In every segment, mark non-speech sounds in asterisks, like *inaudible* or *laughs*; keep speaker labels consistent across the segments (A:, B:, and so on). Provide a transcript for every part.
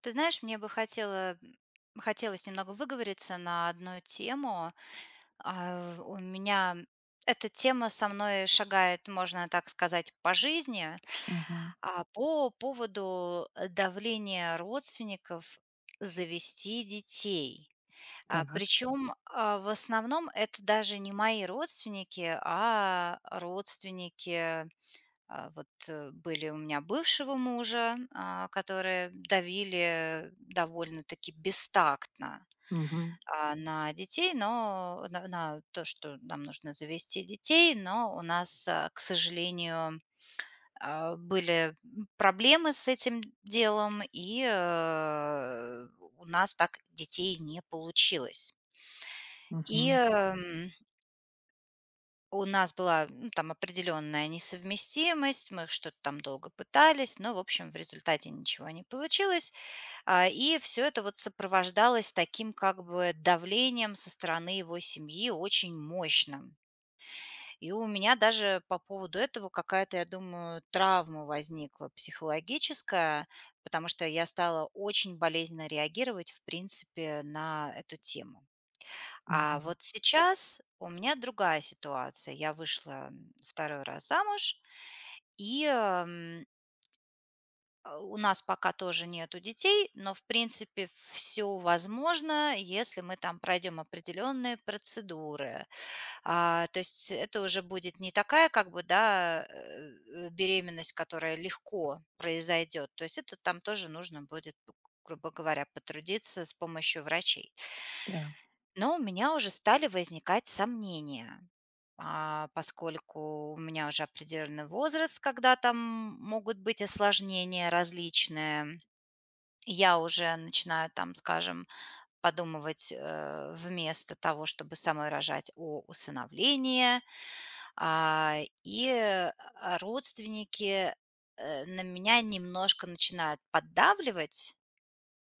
A: Ты знаешь, мне бы хотелось немного выговориться на одну тему. У меня эта тема со мной шагает, можно так сказать, по жизни.
B: Мгм.
A: По поводу давления родственников завести детей.
B: Так.
A: Причем в основном это даже не мои родственники, а родственники, вот были у меня бывшего мужа, которые давили довольно-таки бестактно,
B: Мгм.
A: а, на детей, но на то, что нам нужно завести детей, но у нас, к сожалению, были проблемы с этим делом, и у нас так детей не получилось. И
B: Мгм.
A: эм, У нас была, ну, там определенная несовместимость, мы что-то там долго пытались, но, в общем, в результате ничего не получилось. И все это вот сопровождалось таким как бы давлением со стороны его семьи очень мощным. И у меня даже по поводу этого какая-то, я думаю, травма возникла психологическая, потому что я стала очень болезненно реагировать, в принципе, на эту тему. А
B: Мгм.
A: вот сейчас у меня другая ситуация. Я вышла 2-й раз замуж, и у нас пока тоже нету детей, но, в принципе, все возможно, если мы там пройдем определенные процедуры. То есть это уже будет не такая, как бы, да, беременность, которая легко произойдет. То есть это там тоже нужно будет, грубо говоря, потрудиться с помощью врачей.
B: Да.
A: Но у меня уже стали возникать сомнения. Поскольку у меня уже определенный возраст, когда там могут быть осложнения различные, я уже начинаю там, скажем, подумывать вместо того, чтобы самой рожать, о усыновлении. А, и родственники на меня немножко начинают поддавливать,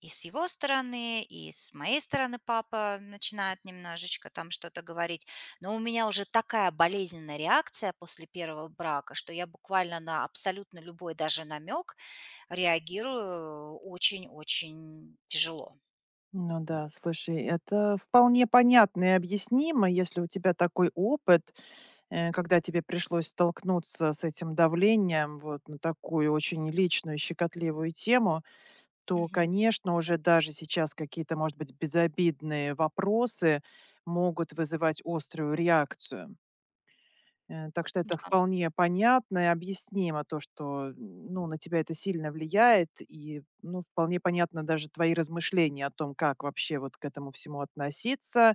A: и с его стороны, и с моей стороны папа начинает немножечко там что-то говорить. Но у меня уже такая болезненная реакция после первого брака, что я буквально на абсолютно любой даже намек реагирую очень-очень тяжело.
B: Ну да, слушай, это вполне понятно и объяснимо, если у тебя такой опыт, когда тебе пришлось столкнуться с этим давлением вот на такую очень личную, щекотливую тему, то,
A: Мгм.
B: конечно, уже даже сейчас какие-то, может быть, безобидные вопросы могут вызывать острую реакцию. Так что это вполне понятно и объяснимо, то, что, ну, на тебя это сильно влияет. И, ну, вполне понятно даже твои размышления о том, как вообще вот к этому всему относиться.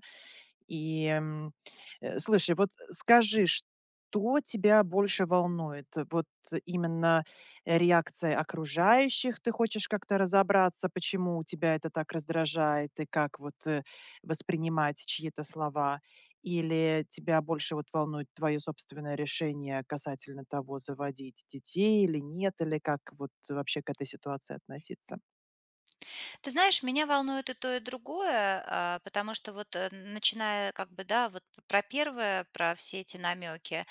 B: И слушай, вот скажи, что тебя больше волнует? Вот именно реакция окружающих, ты хочешь как-то разобраться, почему у тебя это так раздражает и как вот воспринимать чьи-то слова? Или тебя больше вот волнует твое собственное решение касательно того, заводить детей или нет, или как вот вообще к этой ситуации относиться?
A: Ты знаешь, меня волнует и то, и другое, потому что вот, начиная как бы, да, про первое, про все эти намеки,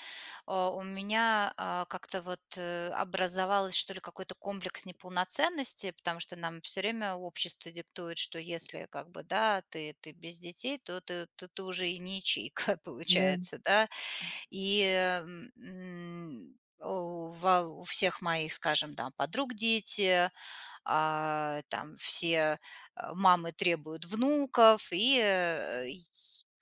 A: у меня, как-то вот, образовалось, что ли, какой-то комплекс неполноценности, потому что нам все время общество диктует, что если как бы, да, ты без детей, то ты уже и не ячейка *laughs*
B: Да.
A: получается, да. И, у всех моих, скажем, да, подруг дети, там все мамы требуют внуков, и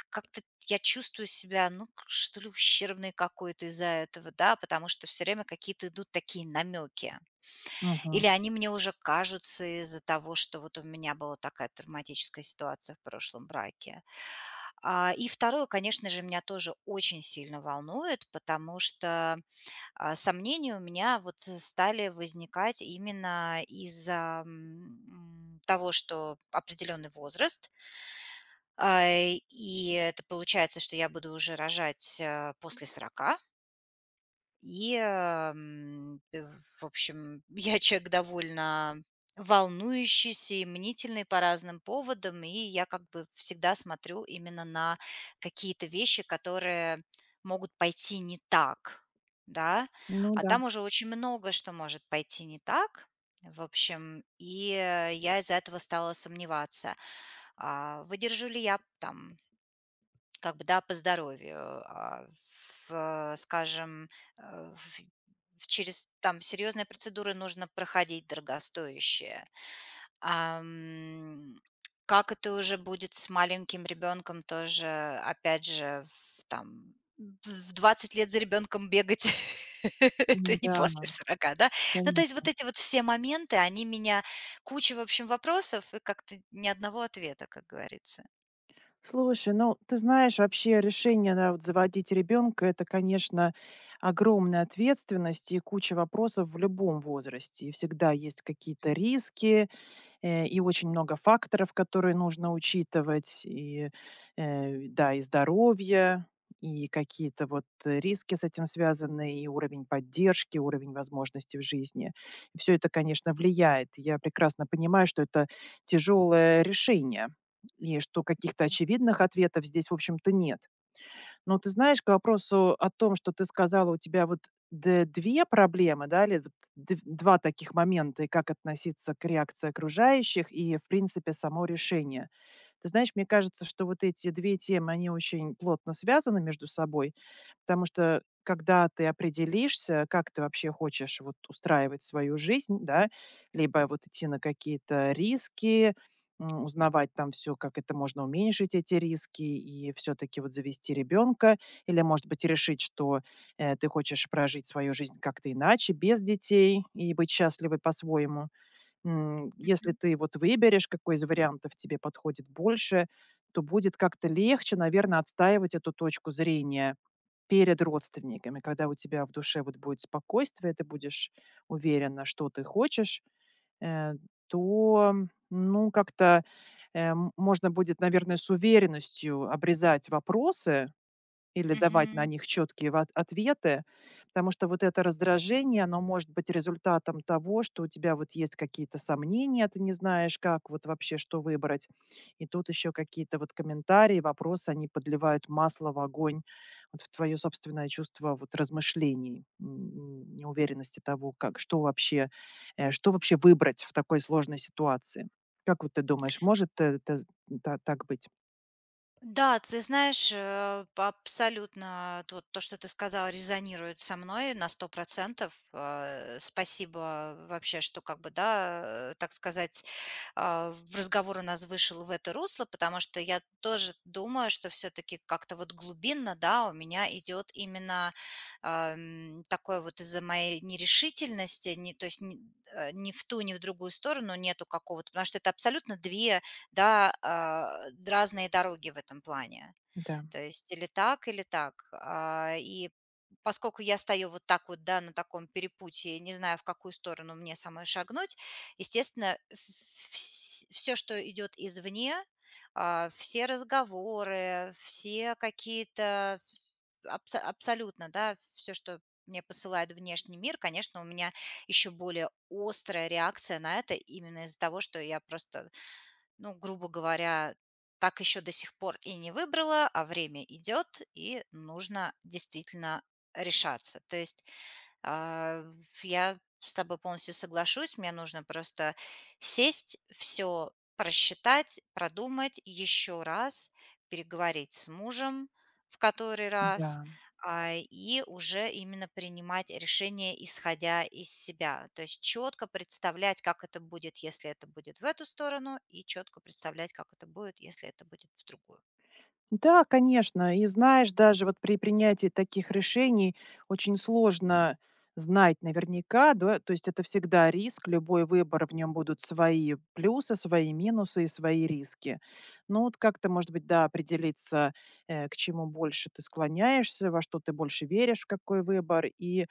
A: как-то я чувствую себя, ну, что ли, ущербной какой-то из-за этого, да, потому что все время какие-то идут такие намеки.
B: Мгм.
A: Или они мне уже кажутся из-за того, что вот у меня была такая травматическая ситуация в прошлом браке. И второе, конечно же, меня тоже очень сильно волнует, потому что сомнения у меня вот стали возникать именно из-за, того, что определенный возраст, и это получается, что я буду уже рожать, после 40. И, эм, э, в общем, *laughs* я человек довольно волнующийся и мнительный по разным поводам, и я как бы всегда смотрю именно на какие-то вещи, которые могут пойти не так, да.
B: Ну
A: А
B: да.
A: там уже очень много что может пойти не так, в общем, и, я из-за этого стала сомневаться, выдержу ли я там как бы, да, по здоровью, скажем, э, в через там серьезные процедуры нужно проходить дорогостоящие. Ам, как это уже будет с маленьким ребенком, тоже, опять же, в 20 лет за ребенком бегать- *laughs* это не
B: М-да,
A: после сорока, да? Ну, то есть вот
B: конечно.
A: эти вот все моменты, они меня, куча, в общем, вопросов и как-то ни одного ответа, как говорится.
B: Слушай, ну, ты знаешь, вообще решение, да, вот заводить ребенка, это, конечно, огромная ответственность и куча вопросов в любом возрасте. И всегда есть какие-то
A: Мгм.
B: риски, и очень много факторов, которые нужно учитывать, и, да, и здоровье, и какие-то вот риски с этим связаны, и уровень поддержки, уровень возможностей в жизни. Все это, конечно, влияет. Я прекрасно понимаю, что это тяжелое решение, и что каких-то
A: Мгм.
B: очевидных ответов здесь, в общем-то, нет. Но ты знаешь, к вопросу о том, что ты сказала, у тебя вот д 2 проблемы, да, или вот дв 2 таких момента, и как относиться к реакции окружающих и, в принципе, само решение. Ты знаешь, мне кажется, что вот эти 2 темы, они очень плотно связаны между собой, потому что когда ты определишься, как ты вообще хочешь вот устраивать свою жизнь, да, либо вот идти на какие-то риски, м, узнавать там все, как это можно уменьшить, эти риски, и все таки вот завести ребенка? Или, может быть, решить, что, ты хочешь прожить свою жизнь как-то иначе, без детей, и быть счастливой по-своему? М, если
A: Мгм.
B: ты вот выберешь, какой из вариантов тебе подходит больше, то будет как-то легче, наверное, отстаивать эту точку зрения перед родственниками. Когда у тебя в душе вот будет спокойствие, ты будешь уверена, что ты хочешь, Э, то, ну, как-то, можно будет, наверное, с уверенностью обрезать вопросы, или давать на них четкие ответы, потому что вот это раздражение, оно может быть результатом того, что у тебя вот есть какие-то сомнения, ты не знаешь, как вот вообще что выбрать. И тут еще какие-то вот комментарии, вопросы, они подливают масло в огонь, вот в твое собственное чувство вот размышлений, неуверенности того, как, что вообще, что вообще выбрать в такой сложной ситуации. Как вот ты думаешь, может это та так быть?
A: Да, ты знаешь, абсолютно вот то, что ты сказала, резонирует со мной на 100%. Спасибо вообще, что как бы, да, так сказать, в разговор у нас вышел в это русло, потому что я тоже думаю, что все-таки как-то вот глубинно, да, у меня идет именно такое вот из-за моей нерешительности, не, то есть не, ни в ту, ни в другую сторону нету какого-то, потому что это абсолютно две, да, разные дороги в этом плане.
B: Да,
A: То есть или так, или так. И поскольку я стою вот так вот, да, на таком перепутье, не знаю, в какую сторону мне самой шагнуть, естественно, все, что идет извне, все разговоры, все какие-то абсолютно, да, все, что мне посылает внешний мир, конечно, у меня еще более острая реакция на это именно из-за того, что я просто, ну, грубо говоря, так еще до сих пор и не выбрала, а время идет, и нужно действительно решаться. То есть, а, ф я с тобой полностью соглашусь. Мне нужно просто сесть, все просчитать, продумать еще раз, переговорить с мужем в который раз,
B: да.
A: и уже именно принимать решение, исходя из себя. То есть четко представлять, как это будет, если это будет в эту сторону, и четко представлять, как это будет, если это будет в другую.
B: Да, конечно. И знаешь, даже вот при принятии таких решений очень сложно знать наверняка, да, то есть это всегда риск, любой выбор, в нем будут свои плюсы, свои минусы и свои риски. Ну вот как-то, может быть, да, определиться, к чему больше ты склоняешься, во что ты больше веришь, в какой выбор, и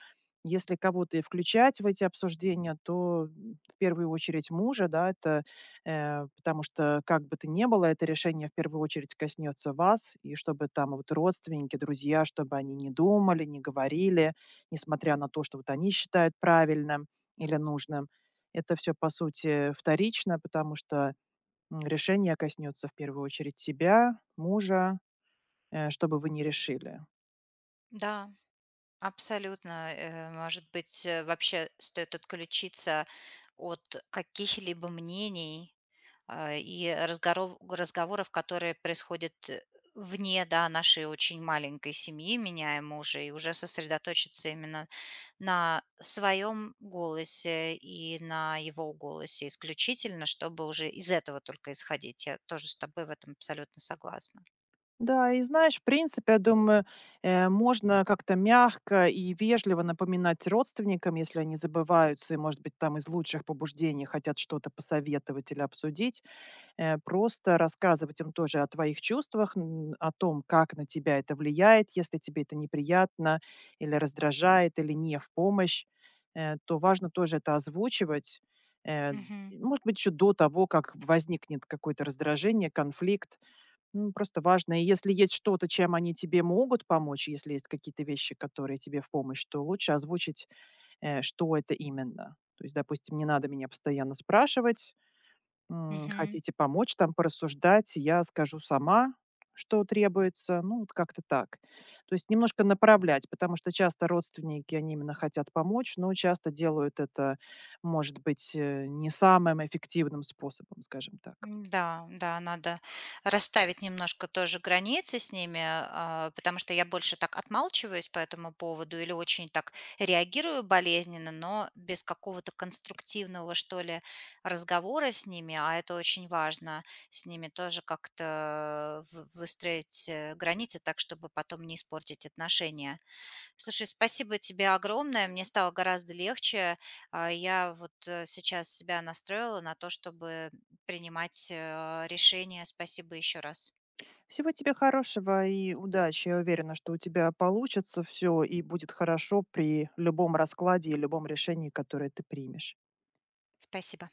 B: если кого-то и включать в эти обсуждения, то м, в первую очередь мужа, да, это потому что, как бы то ни было, это решение в первую очередь коснется вас, и чтобы там вот родственники, друзья, чтобы они не думали, не говорили, несмотря на то, что вот они считают правильным или нужным. Это все, по сути, вторично, потому что м, решение коснется в первую очередь тебя, мужа, что бы вы ни решили.
A: Да. Абсолютно. Может быть, вообще стоит отключиться от каких-либо мнений, и разговоров, которые происходят вне, да, нашей очень маленькой семьи, меня и мужа, и уже сосредоточиться именно на своем голосе и на его голосе исключительно, чтобы уже из этого только исходить. Я тоже с тобой в этом абсолютно согласна.
B: Да, и знаешь, в принципе, я думаю, можно как-то мягко и вежливо напоминать родственникам, если они забываются и, может быть, там из лучших побуждений хотят что-то посоветовать или обсудить, просто рассказывать им тоже о твоих чувствах, о том, как на тебя это влияет, если тебе это неприятно или раздражает, или не в помощь, то важно тоже это озвучивать. э,
A: Мгм.
B: Может быть, еще до того, как возникнет какое-то раздражение, конфликт, ну, просто важно. И если есть что-то, чем они тебе могут помочь, если есть какие-то вещи, которые тебе в помощь, то лучше озвучить, что это именно. То есть, допустим, не надо меня постоянно спрашивать, м,
A: Мгм.
B: хотите помочь там порассуждать, я скажу сама, что требуется, ну, вот как-то так. То есть немножко направлять, потому что часто родственники, они именно хотят помочь, но часто делают это, может быть, не самым эффективным способом, скажем так.
A: М-да, да, да, надо расставить немножко тоже границы с ними, потому что я больше так отмалчиваюсь по этому поводу или очень так реагирую болезненно, но без какого-то конструктивного, что ли, разговора с ними, а это очень важно, с ними тоже как-то в выстроить границы так, чтобы потом не испортить отношения. Слушай, спасибо тебе огромное. Мне стало гораздо легче. Я вот сейчас себя настроила на то, чтобы принимать решения. Спасибо еще раз.
B: Всего тебе хорошего и удачи. Я уверена, что у тебя получится все и будет хорошо при любом раскладе и любом решении, которое ты примешь.
A: Спасибо.